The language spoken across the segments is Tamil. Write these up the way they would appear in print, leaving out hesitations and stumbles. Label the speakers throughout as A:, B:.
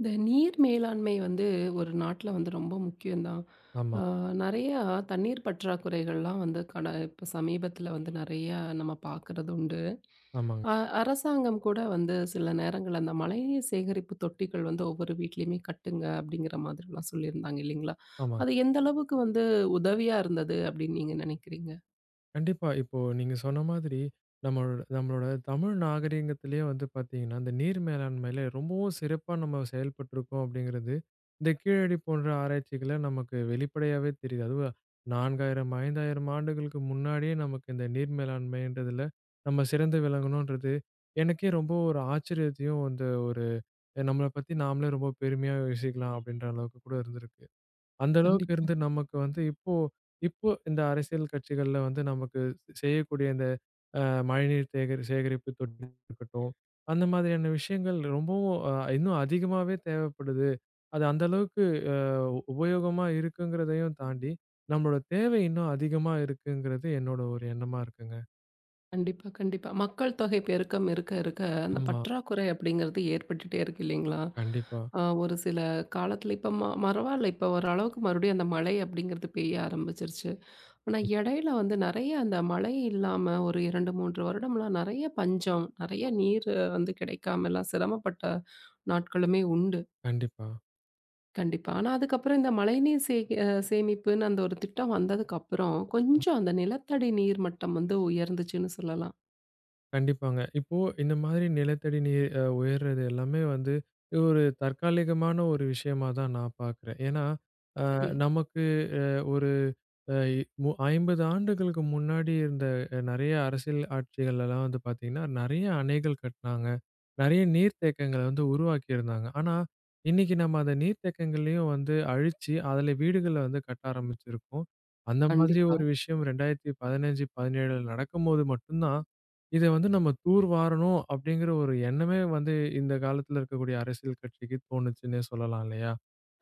A: இந்த நீர் மேலாண்மை வந்து ஒரு நாட்டில வந்து ரொம்ப முக்கியம் தான்.
B: ஆமா.
A: ஆ நெறையா தண்ணீர் பற்றாக்குறைகள்லாம் வந்து கட இப்போ சமீபத்தில வந்து நெறையா நம்ம பார்க்குறது உண்டு.
B: ஆமாங்க,
A: அ அரசாங்கம் கூட வந்து சில நேரங்கள்ல அந்த மழைநீர் சேகரிப்பு தொட்டிகள் வந்து ஒவ்வொரு வீட்லயுமே கட்டுங்க அப்படிங்கிற மாதிரிலாம் சொல்லியிருந்தாங்க இல்லைங்களா? அது
B: ஆமாங்க.
A: எந்த அளவுக்கு வந்து உதவியா இருந்தது அப்படின்னு நீங்க நினைக்கிறீங்க?
B: கண்டிப்பா. இப்போ நீங்க சொன்ன மாதிரி, நம்மளோட நம்மளோட தமிழ் நாகரீகத்திலேயே வந்து பார்த்தீங்கன்னா, இந்த நீர் மேலாண்மையில ரொம்பவும் சிறப்பா நம்ம செயல்பட்டுருக்கோம் அப்படிங்கிறது, இந்த கீழடி போன்ற ஆராய்ச்சிகள நமக்கு வெளிப்படையாவே தெரியுது. அதுவும் 4000, 5000 ஆண்டுகளுக்கு முன்னாடியே நமக்கு இந்த நீர் மேலாண்மைன்றதுல நம்ம சிறந்து விளங்கணுன்றது, எனக்கே ரொம்ப ஒரு ஆச்சரியத்தையும், அந்த ஒரு நம்மள பத்தி நாமளே ரொம்ப பெருமையா யோசிக்கலாம் அப்படின்ற அளவுக்கு கூட இருந்திருக்கு. அந்த அளவுக்கு
A: கண்டிப்பா.
B: இருந்து நமக்கு வந்து இப்போ இப்போ இந்த அரசியல் கட்சிகள்ல வந்து நமக்கு செய்யக்கூடிய இந்த மழைநீர் சேகரிப்பு தொட்டி இருக்கட்டும். அந்த மாதிரியான விஷயங்கள் ரொம்பவும் இன்னும் அதிகமாகவே தேவைப்படுது. அது அந்த அளவுக்கு உபயோகமா இருக்குங்கிறதையும் தாண்டி, நம்மளோட தேவை இன்னும் அதிகமா இருக்குங்கிறது என்னோட ஒரு எண்ணமா இருக்குங்க.
A: கண்டிப்பா, கண்டிப்பா. மக்கள் தொகை பெருக்கம் இருக்க, இருக்க அந்த
B: ஆமா.
A: பற்றாக்குறை அப்படிங்கிறது ஏற்பட்டுட்டே இருக்கு இல்லைங்களா?
B: கண்டிப்பா.
A: ஒரு சில காலத்துல இப்ப பரவால்ல. இப்ப ஓரளவுக்கு மறுபடியும் அந்த மழை அப்படிங்கிறது பெய்ய ஆரம்பிச்சிருச்சு. ஆனா
B: ஆமா,
A: இடையில வந்து நெறைய அந்த மழை இல்லாம ஒரு 2, 3 வருடம்லாம் நெறைய பஞ்சம்,
B: ஆமா.
A: நெறைய நீர் வந்து கிடைக்காமலாம் சிரமப்பட்ட நாட்களுமே உண்டு.
B: கண்டிப்பா.
A: கண்டிப்பா. ஆனா அதுக்கப்புறம் இந்த மழைநீர் சே அ சேமிப்புன்னு அந்த ஒரு திட்டம் வந்ததுக்கு அப்புறம், கொஞ்சம் அந்த நிலத்தடி நீர் மட்டம் வந்து உயர்ந்துச்சுன்னு சொல்லலாம்.
B: கண்டிப்பாங்க. இப்போ இந்த மாதிரி நிலத்தடி நீர் உயர்றது எல்லாமே வந்து, இது ஒரு தற்காலிகமான ஒரு விஷயமா தான் நான் பார்க்குறேன். ஏன்னா,
A: சரி.
B: நமக்கு அ ஒரு அ மு 50 ஆண்டுகளுக்கு முன்னாடி இருந்த நெறைய அரசியல் ஆட்சிகள்லாம் வந்து பார்த்தீங்கன்னா, நெறைய அணைகள் கட்டுனாங்க. நெறைய நீர்த்தேக்கங்கள வந்து உருவாக்கியிருந்தாங்க. ஆனா, இன்னைக்கு நம்ம அந்த நீர்த்தேக்கங்களையும் வந்து அழிச்சு, அதில வீடுகள வந்து கட்ட ஆரம்பிச்சிருக்கோம். அந்த மாதிரி
A: கண்டிப்பா,
B: ஒரு விஷயம் 2015, 17ல நடக்கும்போது மட்டும் தான், இத வந்து நம்ம தூர்வாரணும் அப்படிங்கிற ஒரு எண்ணமே வந்து இந்த காலத்தில இருக்கக்கூடிய அரசியல் கட்சிக்கு தோணுச்சுன்னே சொல்லலாம் இல்லையா?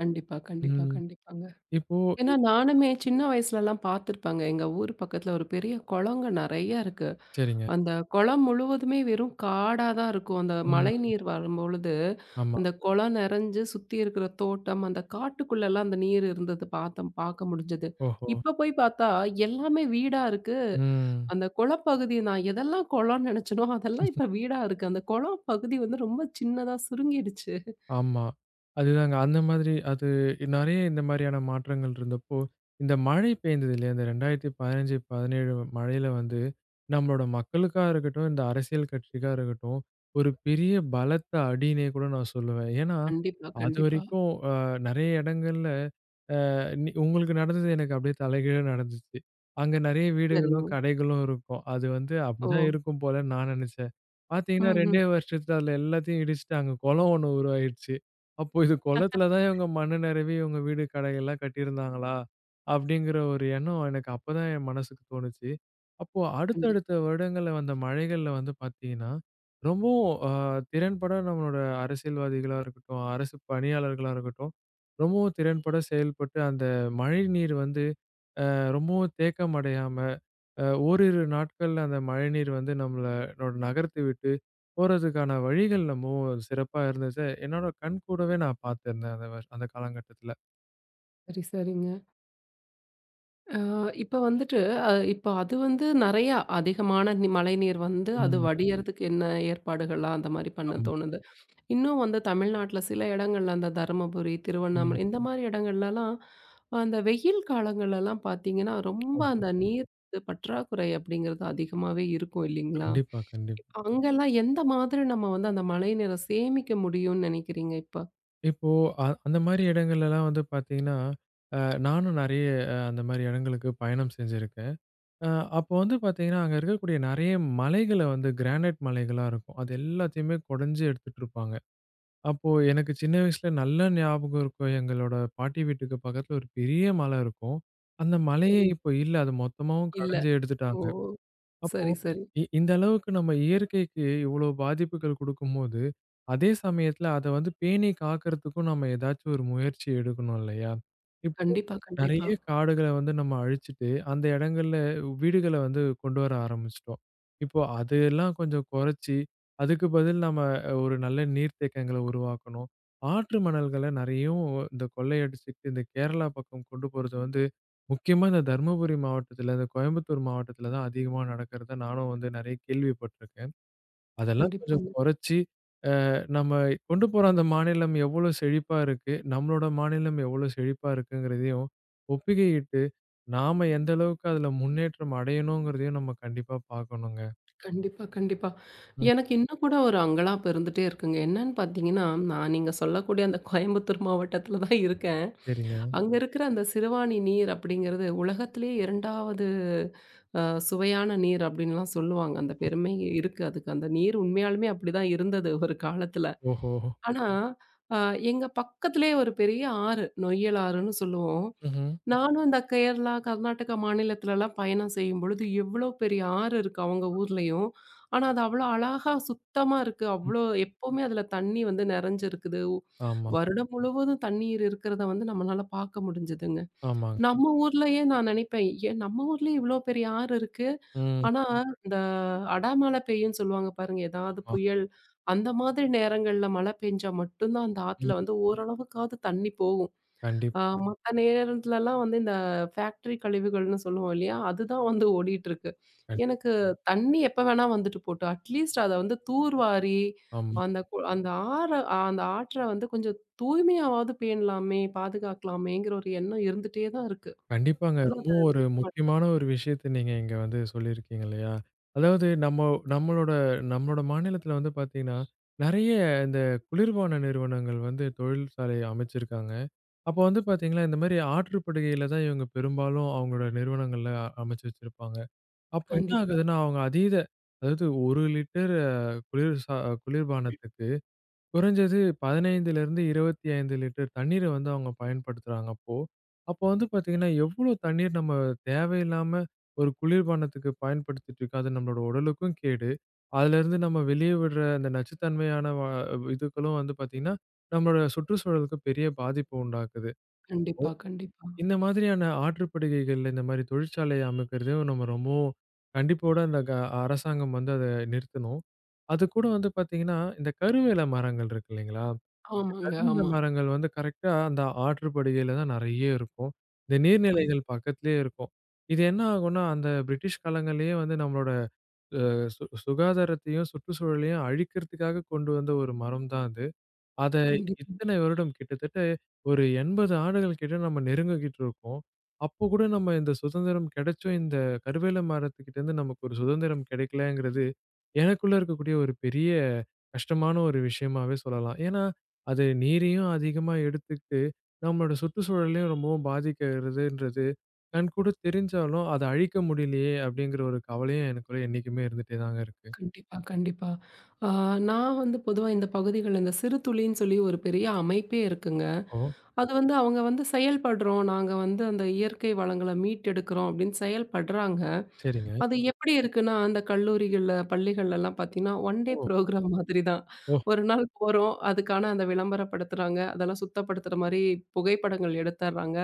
A: கண்டிப்பா, கண்டிப்பா,
B: ம்.
A: கண்டிப்பாங்க.
B: இப்போ.
A: ஏன்னா நானுமே சின்ன வயசுலலாம் பார்த்துருப்பேங்க. எங்க ஊர் பக்கத்துல ஒரு பெரிய குளங்க நெறைய இருக்கு.
B: சரிங்க.
A: அந்த குளம் முழுவதுமே வெறும் காடா தான் இருக்கும். அந்த
B: ம்.
A: மழைநீர் வரும்பொழுது,
B: ஆமா.
A: அந்த குளம் நெறஞ்சு சுத்தி இருக்கிற தோட்டம், அந்த காட்டுக்குள்ளலாம் அந்த நீர் இருந்தது பார்க்க முடிஞ்சது.
B: ஓஹோ!
A: இப்ப போய் பார்த்தா எல்லாமே வீடா இருக்கு.
B: ம்.
A: அந்த குளப்பகுதி நான் எதெல்லாம் குளம்னு நெனச்சனோ, அதெல்லாம் இப்ப வீடா இருக்கு. அந்த குளம் பகுதி வந்து ரொம்ப சின்னதா சுருங்கிடுச்சு.
B: ஆமா. அதுதாங்க. அந்த மாதிரி அது நெறைய இந்த மாரியான மாற்றங்கள் இருந்தப்போ, இந்த மழை பெய்ந்தது இல்லையா? இந்த 2015, 17 மழையில வந்து, நம்மளோட மக்களுக்கா இருக்கட்டும், இந்த அரசியல் கட்சிக்கா இருக்கட்டும், ஒரு பெரிய பலத்த அடின்னே கூட நான் சொல்லுவேன். ஏன்னா,
A: கண்டிப்பா, கண்டிப்பா.
B: அதுவரைக்கும் நெறைய இடங்கள்ல உங்களுக்கு நடந்தது எனக்கு அப்படியே தலைகீழா நடந்துச்சு. அங்க நெறைய
A: சரிங்க.
B: வீடுகளும், கடைகளும் இருக்கும். அது வந்து
A: ஓ!
B: அப்படிதான் இருக்கும் போலன்னு நான் நெனச்சேன். பாத்தீங்கன்னா
A: ம்ஹ்ம்.
B: 2 வருஷத்துல அதுல எல்லாத்தையும் இடிச்சுட்டாங்க. குளம் ஒண்ணு உருவாயிடுச்சு. அப்போ இது குளத்துல தான் இவங்க மண்ணு நெரவி இவங்க வீடு, கடையெல்லாம் கட்டியிருந்தாங்களா? அப்படிங்கிற ஒரு எண்ணம் எனக்கு அப்பதான் என் மனசுக்கு தோணுச்சு. அப்போ அடுத்தடுத்த
A: கண்டிப்பா.
B: வருடங்கள்ல வந்த மழைகள்ல வந்து பாத்தீங்கன்னா, ரொம்பவும் திறன்பட நம்மளோட அரசியல்வாதிகளா இருக்கட்டும், அரசு பணியாளர்களா இருக்கட்டும், ரொம்பவும் திறன்பட செயல்பட்டு அந்த மழைநீர் வந்து ரொம்பவும் தேக்கம் அடையாம, ஓரிரு நாட்கள்ல அந்த மழைநீர் வந்து நம்மளோட நகரத்த விட்டு போறதுக்கான வழிகள் ரொம்பவும் சிறப்பா இருந்துச்சு. என்னோட கண் கூடவே நான் பார்த்திருந்தேன் அத அந்த காலகட்டத்துல.
A: சரி, சரிங்க. அ இப்ப வந்துட்டு இப்ப அது வந்து நெறையா அதிகமான மழைநீர் வந்து அது
B: ம்.
A: வடியறதுக்கு என்ன ஏற்பாடுகள்லாம் அந்த மாரி பண்ண
B: ஆமா.
A: தோணுது. இன்னும் வந்து தமிழ்நாட்ல சில இடங்கள்ல அந்த தருமபுரி,
B: ம்.
A: திருவண்ணாமலை இந்த மாரி இடங்கள்லலாம் அந்த வெயில் காலங்கள்லலாம் பார்த்தீங்கன்னா, ரொம்ப
B: ஆமா.
A: அந்த நீர் பற்றாக்குறை அப்படிங்கிறது அதிகமாவே இருக்கும் இல்லைங்களா?
B: கண்டிப்பா, கண்டிப்பா.
A: அங்கெல்லாம் எந்த மாதிரி நம்ம வந்து அந்த மழைநீர சேமிக்க முடியும்னு நெனைக்கிறீங்க இப்ப?
B: இப்போ அந்த மாரி இடங்கள்லலாம் வந்து பார்த்தீங்கன்னா, அ நானும் நெறைய அந்த மாரி இடங்களுக்கு பயணம் செஞ்சிருக்கேன். அ அப்போ வந்து பார்த்தீங்கன்னா, அங்க இருக்கக்கூடிய நெறைய மலைகள வந்து கிரானைட் மலைகளா இருக்கும். அது எல்லாத்தையுமே கொடைஞ்சு எடுத்துட்டுருப்பாங்க. அப்போ எனக்கு சின்ன வயசுல நல்ல ஞாபகம் இருக்கும். எங்களோட பாட்டி வீட்டுக்கு பக்கத்துல ஒரு பெரிய மலை இருக்கும். அந்த மலையே இப்போ இல்ல. அது மொத்தமாவும்
A: இல்ல.
B: கடைஞ்சு
A: ஓ!
B: எடுத்துட்டாங்க. அப்போ,
A: சரி, சரி.
B: இந்த அளவுக்கு நம்ம இயற்கைக்கு இவ்ளோ பாதிப்புகள் குடுக்கும்போது, அதே சமயத்துல அத வந்து பேணி காக்கிறதுக்கும் நம்ம ஏதாச்சும் ஒரு முயற்சி எடுக்கணும் இல்லையா? இப்போ
A: கண்டிப்பா,
B: நெறைய
A: கண்டிப்பா.
B: காடுகள வந்து நம்ம அழிச்சுட்டு, அந்த இடங்கள்ல வீடுகள வந்து கொண்டு வர ஆரம்பிச்சுட்டோம். இப்போ அதெல்லாம் கொஞ்சம் குறைச்சு, அதுக்கு பதில் நம்ம ஒரு நல்ல நீர்த்தேக்கங்கள உருவாக்கணும். ஆற்று மணல்கள நெறையவும் இந்த கொள்ளையடிச்சுட்டு இந்த கேரளா பக்கம் கொண்டு போறது வந்து முக்கியமா இந்த தர்மபுரி மாவட்டத்துல, இந்த கோயம்புத்தூர் மாவட்டத்துல தான் அதிகமா நடக்கிறத நானும் வந்து நெறைய கேள்விப்பட்டுருக்கேன். அதெல்லாம் கொஞ்சம்
A: கண்டிப்பாங்க.
B: குறைச்சு, நம்ம கொண்டு போற அந்த மாநிலம் எவ்வளோ செழிப்பா இருக்கு, நம்மளோட மாநிலம் எவ்வளோ செழிப்பா இருக்குங்கிறதையும் ஒப்பிகையிட்டு, நாம எந்த அளவுக்கு அதுல முன்னேற்றம் அடையணுங்கிறதையும் நம்ம கண்டிப்பா பார்க்கணுங்க.
A: கண்டிப்பா, கண்டிப்பா.
B: ம்.
A: எனக்கு இன்னும் கூட ஒரு அங்கலாப்பு இருந்துட்டே இருக்குங்க. என்னன்னு பார்த்தீங்கன்னா, நான் நீங்க சொல்லக்கூடிய அந்த கோயம்புத்தூர் மாவட்டத்தில தான் இருக்கேன்.
B: சரிங்க.
A: அங்க இருக்கிற அந்த சிறுவாணி நீர் அப்படிங்கிறது உலகத்திலேயே 2வது அ சுவையான நீர் அப்படின்லாம் சொல்லுவாங்க. அந்த பெருமை இருக்கு அதுக்கு. அந்த நீர் உண்மையாலுமே அப்படிதான் இருந்தது ஒரு காலத்தில.
B: ஓஹோ!
A: ஆனா, அ எங்க பக்கத்திலேயே ஒரு பெரிய ஆறு, நொய்யல் ஆறுன்னு சொல்லுவோம்.
B: ம்ஹ்ம்.
A: நானும் இந்த கேரளா, கர்நாடகா மாநிலத்துலலாம் பயணம் செய்யும்பொழுது, எவ்ளோ பெரிய ஆறு இருக்கு அவங்க ஊர்லயும். ஆனா, அது அவ்ளோ அழகா சுத்தமா இருக்கு.
B: ம்.
A: அவ்ளோ எப்பவுமே அதுல தண்ணி வந்து நெறஞ்சிருக்குது.
B: ஆமா,
A: வருடம் முழுவதும் தண்ணீர் இருக்கிறத வந்து நம்மளால பார்க்க முடிஞ்சதுங்க. ம்.
B: ஆமாங்க.
A: நம்ம ஊர்லயே நான் நினைப்பேன், ஏன் நம்ம ஊர்லயே இவ்ளோ பெரிய ஆறு இருக்கு.
B: ம்.
A: ஆனா, இந்த அடாமழை பெய்யும்னு சொல்லுவாங்க பாருங்க. ஏதாவது
B: ஆமா.
A: புயல், அந்த மாதிரி நேரங்கள்ல மழை பெஞ்சா மட்டும் தான் அந்த ஆத்துல
B: ம்.
A: வந்து ஓரளவுக்காவது தண்ணி போகும்.
B: கண்டிப்
A: மத்த நேரத்துலலாம் வந்து இந்த ஃபேக்டரி கழிவுகள்னு சொல்லுவோம் இல்லையா? அதுதான் வந்து ஓடிட்டுருக்கு.
B: கண்டிப்
A: எனக்கு தண்ணி எப்ப வேணா வந்துட்டு போட்டும். அட்லீஸ்ட் அத வந்து தூர்வாரி,
B: ஆமா.
A: அந்த கு அந்த ஆற அந்த ஆற்ற வந்து கொஞ்சம் தூய்மையாவாவது பேணலாமே! பாதுகாக்கலாமேங்கிற ஒரு எண்ணம் இருந்துட்டே தான் இருக்கு.
B: கண்டிப்பாங்க.
A: ஆனா அத
B: ரொம்பவும் ஒரு முக்கியமான ஒரு விஷயத்த நீங்க இங்க வந்து சொல்லியிருக்கீங்க இல்லையா? அதாவது நம்மளோட நம்மளோட மாநிலத்தில வந்து பார்த்தீங்கன்னா, நெறைய இந்த குளிர்பான நிறுவனங்கள் வந்து தொழில்சாலை அமைச்சிருக்காங்க. அப்போ வந்து பார்த்தீங்கன்னா, இந்த மாரி ஆற்றுப்படுகையில தான் இவங்க பெரும்பாலும் அவங்களோட நிறுவனங்கள்ல அமைச்சு வச்சிருப்பாங்க. அப்போ என்ன
A: கண்டிப்பா,
B: ஆகுதுன்னா, அவங்க அதாவது 1 லிட்டர் குளிர் சா குளிர்பானத்துக்கு குறைஞ்சது 15லருந்து 25 லிட்டர் தண்ணீர வந்து அவங்க பயன்படுத்துறாங்க அப்போ. அப்போ வந்து பார்த்தீங்கன்னா, எவ்ளோ தண்ணீர் நம்ம தேவையில்லாம ஒரு குளிர்பானத்துக்கு பயன்படுத்திட்டுருக்கோம். அது நம்மளோட உடலுக்கும் கேடு. அதுலருந்து நம்ம வெளிய விடுற அந்த நச்சுத்தன்மையான இதுக்களும் வந்து பார்த்தீங்கன்னா, நம்மளோட சுற்றுச்சூழலுக்கு பெரிய பாதிப்பு உண்டாக்குது.
A: கண்டிப்பா, கண்டிப்பா.
B: இந்த மாதிரியான ஆற்றுப்படுகைகள்ல இந்த மாரி தொழிற்சாலை அமைக்கிறதையும் நம்ம ரொம்பவும் கண்டிப்போட அந்த அரசாங்கம் வந்து அத நிறுத்தணும். அது கூட வந்து பார்த்தீங்கன்னா, இந்த கருவேல மரங்கள் இருக்கு இல்லைங்களா?
A: ஆமாங்க,
B: கருவேல
A: ஆமா.
B: மரங்கள் வந்து கரெக்ட்டா அந்த ஆற்றுப்படுகையில தான் நெறைய இருக்கும். இந்த
A: ம்.
B: நீர்நிலைகள் பக்கத்திலேயே இருக்கும். இது என்ன ஆகும்னா, அந்த பிரிட்டிஷ் காலங்கள்லயே வந்து நம்மளோட அ சு சுகாதாரத்தையும், சுற்றுச்சூழலையும் அழிக்கிறதுக்காக கொண்டு வந்த ஒரு மரம் தான் அது. அத
A: கண்டிப்பா,
B: இத்தனை வருடம் கிட்டத்தட்ட ஒரு 80 ஆண்டுகள் கிட்ட நம்ம நெருங்கிக்கிட்டு இருக்கோம். அப்போ கூட நம்ம இந்த சுதந்திரம் கிடைச்சும், இந்த கருவேல மரத்துக்கிட்டேருந்து நமக்கு ஒரு சுதந்திரம் கிடைக்கலங்கிறது, எனக்குள்ள இருக்கக்கூடிய ஒரு பெரிய கஷ்டமான ஒரு விஷயமாவே சொல்லலாம். ஏன்னா, அது நீரையும் அதிகமா எடுத்துக்கிட்டு, நம்மளோட சுற்றுச்சூழலையும் ரொம்பவும் பாதிக்கிறதுன்றது கண்கூட தெரிஞ்சாலும், "அத அழிக்க முடியலையே!" அப்படிங்கிற ஒரு கவலையும் எனக்குள்ள என்னைக்குமே இருந்துட்டே தாங்க இருக்கு.
A: கண்டிப்பா, கண்டிப்பா. ஆ நான் வந்து பொதுவா இந்த பகுதிகள்ல இந்த சிறு துளின்னு சொல்லி ஒரு பெரிய அமைப்பே இருக்குங்க.
B: ஓ!
A: அது வந்து அவங்க வந்து செயல்படுறோம். நாங்க வந்து அந்த இயற்கை வளங்கள மீட்டெடுக்கிறோம் அப்படின்னு செயல்படுறாங்க.
B: சரிங்க.
A: அது எப்படி இருக்குன்னா, அந்த கல்லூரிகள்ல, பள்ளிகள்லலாம் பார்த்தீங்கன்னா, ஒன் டே
B: ஓ!
A: ப்ரோகிராம் மாதிரி தான்.
B: ஓ!
A: ஒரு நாள் போறோம். அதுக்கான அந்த விளம்பரப்படுத்துறாங்க. அதெல்லாம் சுத்தப்படுத்துற மாரி புகைப்படங்கள் எடுத்தர்றாங்க.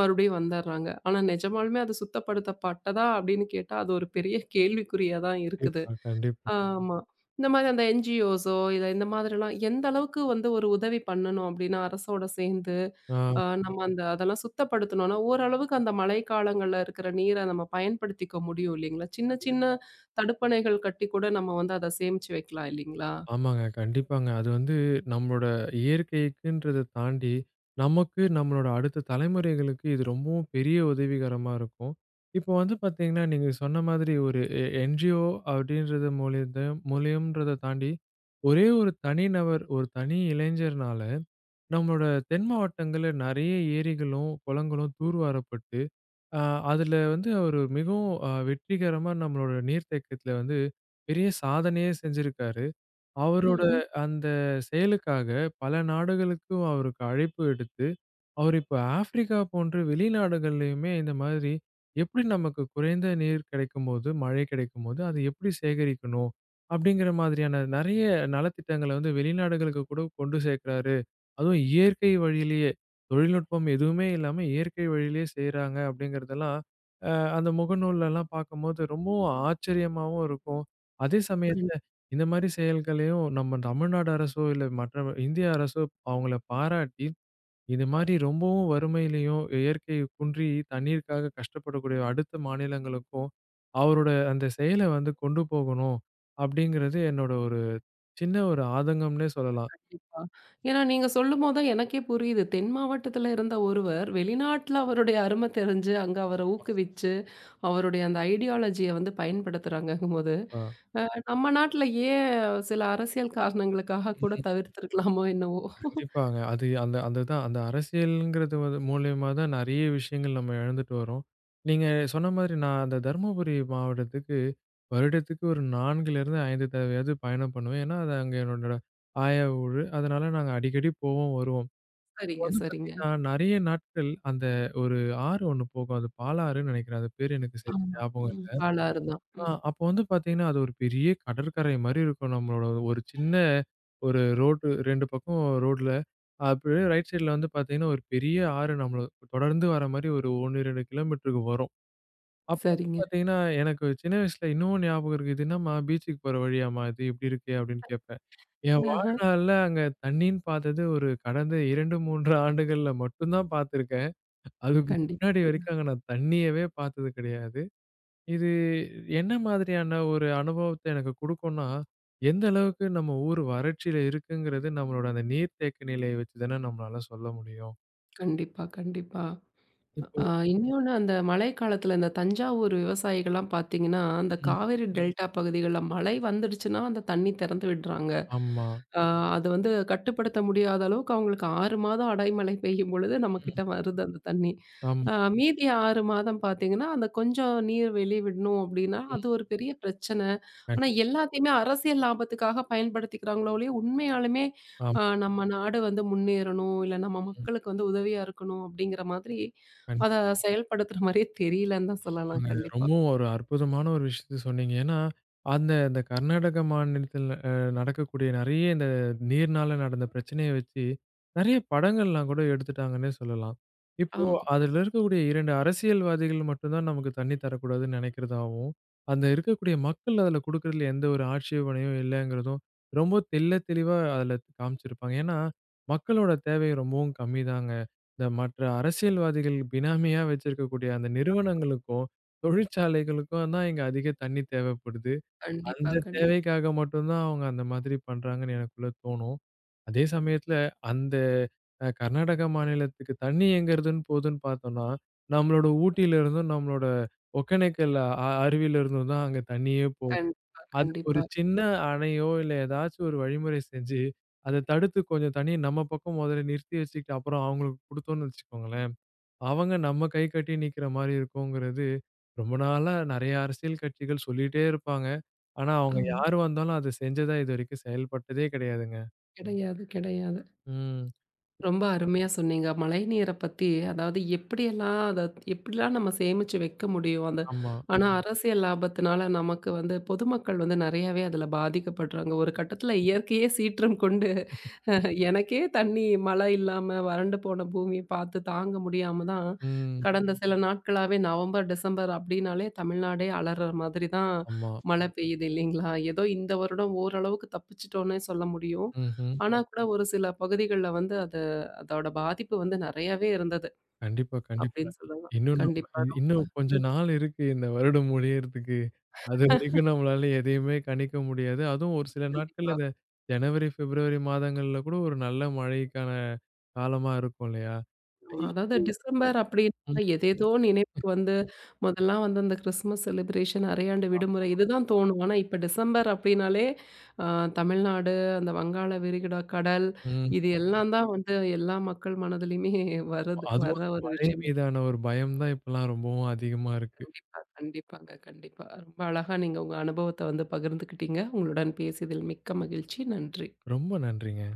A: மறுபடியும் வந்தர்றாங்க. ஆனா நிஜமாலுமே அது சுத்தப்படுத்தப்பட்டதா அப்படின்னு கேட்டா, அது ஒரு பெரிய கேள்விக்குறியா தான் இருக்குது.
B: கண்டிப்பா, கண்டிப்பா.
A: ஆமா. இந்த மாரி அந்த என்ஜிஓஸோ, இந்த மாதிரிலாம் எந்த அளவுக்கு வந்து ஒரு உதவி பண்ணணும் அப்படின்னா, அரசோட சேர்ந்து
B: ஆ.
A: நம்ம அந்த அதெல்லாம் சுத்தப்படுத்தணும்னா, ஓரளவுக்கு அந்த மழைக்காலங்கள்ல இருக்கிற நீர நம்ம பயன்படுத்திக்க முடியும் இல்லைங்களா? சின்ன சின்ன
B: கண்டிப்பா.
A: தடுப்பணைகள் கட்டி கூட நம்ம வந்து அத சேமிச்சு வைக்கலாம் இல்லைங்களா?
B: ஆமாங்க. கண்டிப்பாங்க. அது வந்து நம்மளோட இயற்கைக்குன்றத தாண்டி, நமக்கு, நம்மளோட அடுத்த தலைமுறைகளுக்கு இது ரொம்பவும் பெரிய உதவிகரமா இருக்கும். இப்போ வந்து பார்த்தீங்கன்னா, நீங்க சொன்ன மாதிரி ஒரு என்ஜிஓ அப்படின்றது மூலியம்ன்றத தாண்டி, ஒரே ஒரு தனிநபர், ஒரு தனி இளைஞர்னால, நம்மளோட தென் மாவட்டங்கள்ல நெறைய ஏரிகளும், குளங்களும் தூர்வாரப்பட்டு, அ அதுல வந்து அவரு மிகவும் வெற்றிகரமா நம்மளோட நீர்த்தேக்கத்துல வந்து பெரிய சாதனையே செஞ்சிருக்காரு. அவரோட
A: ம்ஹ்ம்.
B: அந்த செயலுக்காக பல நாடுகளுக்கும் அவருக்கு அழைப்பு விடுத்து, அவர் இப்ப ஆஃப்ரிக்கா போன்ற வெளிநாடுகள்லயுமே இந்த மாதிரி எப்படி நமக்கு குறைந்த நீர் கிடைக்கும்போது, மழை கிடைக்கும்போது, அதை எப்படி சேகரிக்கணும்? அப்படிங்கிற மாதிரியான நெறைய நலத்திட்டங்கள வந்து வெளிநாடுகளுக்கு கூட கொண்டு சேர்க்கிறாரு. அதுவும் இயற்கை வழியிலேயே தொழில்நுட்பம் எதுவுமே இல்லாம இயற்கை வழியிலேயே செய்றாங்க அப்படிங்கிறதெல்லாம் அந்த முகநூல்லலாம் பார்க்கும்போது ரொம்பவும் ஆச்சரியமாவும் இருக்கும். அதே சமயத்துல இந்த மாரி செயல்களையும் நம்ம தமிழ்நாடு அரசோ, இல்ல மற்ற இந்திய அரசோ அவங்கள பாராட்டி, இது மாரி ரொம்பவும் வறுமையிலயும், இயற்கை குன்றி தண்ணீருக்காக கஷ்டப்படக்கூடிய அடுத்த மாநிலங்களுக்கும், அவரோட அந்த செயல வந்து கொண்டு போகணும். அப்படிங்கிறது என்னோட ஒரு சின்ன ஒரு ஆதங்கம்னே சொல்லலாம்.
A: கண்டிப்பா. ஏன்னா நீங்க சொல்லும்போது தான் எனக்கே புரியுது. தென் மாவட்டத்துல இருந்த ஒருவர் வெளிநாட்ல அவருடைய அரும தெரிஞ்சு, அங்க அவர ஊக்குவிச்சு, அவருடைய அந்த ஐடியாலஜிய வந்து பயன்படுத்துறாங்கங்கும்போது,
B: ஆ.
A: அ நம்ம நாட்ல ஏன் சில அரசியல் காரணங்களுக்காக கூட தவிர்த்திருக்கலாமோ என்னவோ!
B: கண்டிப்பாங்க. அது அந்த அந்த தான் அந்த அரசியல்ங்கிறது வந்து மூலியமா தான் நெறைய விஷயங்கள் நம்ம இழந்துட்டு வரோம். நீங்க சொன்ன மாதிரி நான் அந்த தருமபுரி மாவட்டத்துக்கு வருடத்துக்கு ஒரு 4லிருந்து 5 தடவையாவது பயணம் பண்ணுவேன். ஏன்னா, அது அங்க என்னோட ஆயா ஊரு. அதனால நாங்க அடிக்கடி போவோம், வருவோம். இப்போ
A: சரிங்க,
B: வந்து
A: சரிங்க.
B: பார்த்தீங்கன்னா, நெறைய நாட்கள் அந்த ஒரு ஆறு ஒண்ணு போகும். அது பாலாறுன்னு நெனைக்கிறேன். அது பேரு எனக்கு சரியா
A: ஆமா.
B: ஞாபகம்
A: ம்.
B: இல்ல.
A: பாலாறு தான்.
B: அப்போ வந்து பார்த்தீங்கன்னா, அது ஒரு பெரிய கடற்கரை மாரி இருக்கும். நம்மளோட ஒரு சின்ன ஒரு ரோடு 2 பக்கம் ரோட்ல அப்படியே ரைட் சைடுல வந்து பார்த்தீங்கன்னா, ஒரு பெரிய ஆறு நம்மள தொடர்ந்து வர மாரி ஒரு 1, 2 கிலோமீட்டருக்கு வரும். அப்ப வந்து
A: சரிங்க.
B: பார்த்தீங்கன்னா, எனக்கு சின்ன வயசுல இன்னமும் ஞாபகம் இருக்கு. "இது என்னம்மா பீச்சுக்கு போற வழியாம்மா இது? இப்படி இருக்கே?" அப்படின்னு கேட்பேன். என்
A: ஆஹ.
B: வாழ்நாள்ல அங்க தண்ணீன்னு பார்த்தது ஒரு கடந்த 2, 3 ஆண்டுகள்ல மட்டும் தான் பார்த்துருக்கேன். அதுக்கு
A: கண்டிப்
B: முன்னாடி வரைக்கும் அங்க நான் தண்ணியவே பார்த்தது கிடையாது. இது என்ன மாதிரியான ஒரு அனுபவத்த எனக்கு குடுக்கும்னா, எந்த அளவுக்கு நம்ம ஊர் வறட்சியில இருக்குங்கிறது நம்மளோட அந்த நீர்த்தேக்க நிலைய வச்சு தானே நம்மளால சொல்ல முடியும்.
A: கண்டிப்பா, கண்டிப்பா.
B: இப்போ.
A: ஆ இன்னொன்னு அந்த மழை காலத்துல இந்த தஞ்சாவூர் விவசாயிகள்லாம் பார்த்தீங்கன்னா, அந்த
B: ம்.
A: காவேரி ம். டெல்டா பகுதிகள்ல மழை வந்துடுச்சுன்னா, அந்த தண்ணி திறந்து விடுறாங்க.
B: ஆமா.
A: ஆ அது வந்து கட்டுப்படுத்த முடியாத அளவுக்கு அவங்களுக்கு 6 மாதம் அடைமழை பெய்யும் பொழுது
B: ம்.
A: நம்மகிட்ட வருது அந்த தண்ணி.
B: ஆமா.
A: மீதி 6 மாதம் பார்த்தீங்கன்னா, அந்த கொஞ்சம் நீர் வெளிய விடணும் அப்டின்னா,
B: ம்.
A: அது ஒரு பெரிய பிரச்சனை. ஆனா
B: கண்டிப்பா.
A: எல்லாத்தையுமே அரசியல் லாபத்துக்காக பயன்படுத்திக்கிறாங்களோ ஒழிய, உண்மையாலுமே
B: ஆமா.
A: நம்ம நாடு வந்து முன்னேறணும், இல்ல நம்ம மக்களுக்கு வந்து உதவியா இருக்கணும் அப்டிங்கிற மாதிரி அத
B: கண்டிப்பா.
A: செயல்படுத்துற மாரியே தெரியலன்னு தான் சொல்லலாம்
B: ஆமாங்க.
A: கண்டிப்பா.
B: ரொம்பவும் ஒரு அற்புதமான ஒரு விஷயத்த சொன்னீங்க. ஏன்னா, இந்த கர்நாடக மாநிலத்தில நடக்கக்கூடிய நெறைய இந்த நீர்னால நடந்த பிரச்சனைய வச்சு, நெறைய படங்கள்லாம் கூட எடுத்துட்டாங்கன்னே சொல்லலாம். இப்போ
A: ஆமா.
B: அதுல இருக்கக்கூடிய 2 அரசியல்வாதிகள் மட்டும் தான் நமக்கு தண்ணி தரக்கூடாதுன்னு நெனைக்கிறதாவும், அந்த இருக்கக்கூடிய மக்கள் அதுல குடுக்குறதுல எந்த ஒரு ஆட்சேபனையும் இல்லங்கிறதும், ரொம்ப தெளிவா அதுல காமிச்சிருப்பாங்க. ஏன்னா, மக்களோட தேவை ரொம்பவும் கம்மிதாங்க. இந்த மற்ற அரசியல்வாதிகள் பினாமியா வச்சிருக்கக்கூடிய அந்த நிறுவனங்களுக்கும், தொழிற்சாலைகளுக்கும் தான் இங்க அதிக தண்ணி தேவைப்படுது.
A: கண்டிப்பா,
B: அந்த
A: கண்டிப்பா,
B: தேவைக்காக மட்டும் தான் அவங்க அந்த மாதிரி பண்றாங்கன்னு எனக்குள்ள தோணும். அதே சமயத்துல அந்த கர்நாடக மாநிலத்துக்கு தண்ணி எங்கேருந்துன்னு போதுன்னு பார்த்தோம்னா, நம்மளோட ஊட்டியில இருந்தும், நம்மளோட ஒகேனக்கல் அருவியில இருந்தும் தான் அங்க தண்ணியே போகும்.
A: கண்டிப்பா,
B: அதுக்கு ஒரு
A: கண்டிப்பா.
B: சின்ன அணையோ, இல்ல ஏதாச்சும் ஒரு வழிமுறை செஞ்சு, அத தடுத்து கொஞ்சம் தண்ணீய நம்ம பக்கம் முதல்ல நிறுத்தி வச்சுக்கிட்டு, அப்புறம் அவங்களுக்கு குடுத்தோம்னு வச்சுக்கோங்களேன், அவங்க நம்ம கை கட்டி நிக்கிற மாரி இருக்குங்கிறது, ரொம்ப நாளா நெறைய அரசியல் கட்சிகள் சொல்லிட்டே இருப்பாங்க. ஆனா, அவங்க
A: ஆமா.
B: யார் வந்தாலும் அத செஞ்சதா இதுவரைக்கும் செயல்பட்டதே கிடையாதுங்க.
A: கிடையாது, கிடையாது.
B: ம்.
A: ரொம்ப அருமையா சொன்னீங்க. மழைநீர பத்தி அதாவது எப்படியெல்லாம் அத எப்படிலாம் நம்ம சேமிச்சு வைக்க முடியும். அந்த
B: ஆமா.
A: ஆனா அரசியல் லாபத்தினால நமக்கு வந்து பொதுமக்கள் வந்து நெறையாவே அதுல பாதிக்கப்படுறாங்க. ஒரு கட்டத்தில இயற்கையே சீற்றம் கொண்டு எனக்கே தண்ணி மழை இல்லாம வறண்டு போன பூமிய பார்த்து தாங்க முடியாம தான்,
B: ம்.
A: கடந்த சில நாட்களாவே நவம்பர், டிசம்பர் அப்டின்னாலே தமிழ்நாடே அலர்ற மாதிரி தான்
B: ஆமா.
A: மழை பெய்யுது இல்லைங்களா? ஏதோ இந்த வருடம் ஓரளவுக்கு தப்பிச்சுட்டோன்னே சொல்ல முடியும்.
B: ம்ஹ்ம்.
A: ஆனா கூட ஒரு சில பகுதிகள்ல வந்து அது அதோட பாதிப்பு வந்து நெறையாவே இருந்தது
B: கண்டிப்பா, கண்டிப்பா.
A: அப்டின்னு சொல்லலாம்.
B: இன்னும் நம்ம
A: கண்டிப்பா.
B: இன்னும் கொஞ்ச
A: ரொம்ப
B: நாள் இருக்கு இந்த வருடம் முடியறதுக்கு. அதுவரைக்கும் நம்மளால எதையுமே கணிக்க முடியாது. அதுவும் ஒரு சில நாட்கள்ல
A: கண்டிப்பா.
B: இந்த ஜனவரி, பிப்ரவரி மாதங்கள்ல கூட ஒரு நல்ல மழைக்கான காலமா இருக்கும் இல்லையா? ஐ
A: ஆமா. அதாவது டிசம்பர்
B: ம்.
A: அப்படின்னா எதேதோ நினைவுக்கு வந்து முதல்லாம் வந்து அந்த கிறிஸ்மஸ் செலிப்ரேஷன், அரையாண்டு
B: ஆமா.
A: விடுமுறை இதுதான் தோணும். ஆனா இப்ப டிசம்பர் அப்படின்னாலே அ தமிழ்நாடு, அந்த வங்காள விரிகுடா கடல்
B: ம்.
A: இது எல்லாம் தான் வந்து எல்லா மக்கள் மனதிலயுமே வருது.
B: அதுவும்
A: வர்ற
B: அந்த
A: ஒரு
B: மழை
A: விஷயம்.
B: மீதான ஒரு பயம் தான் இப்பலாம் ரொம்பவும் அதிகமா இருக்கு.
A: கண்டிப்பா, கண்டிப்பாங்க. கண்டிப்பா. ரொம்ப அழகா நீங்க உங்க அனுபவத்த வந்து பகிர்ந்துக்கிட்டீங்க. உங்களுடன் பேசியதில் மிக்க மகிழ்ச்சி. நன்றி.
B: ரொம்ப நன்றிங்க.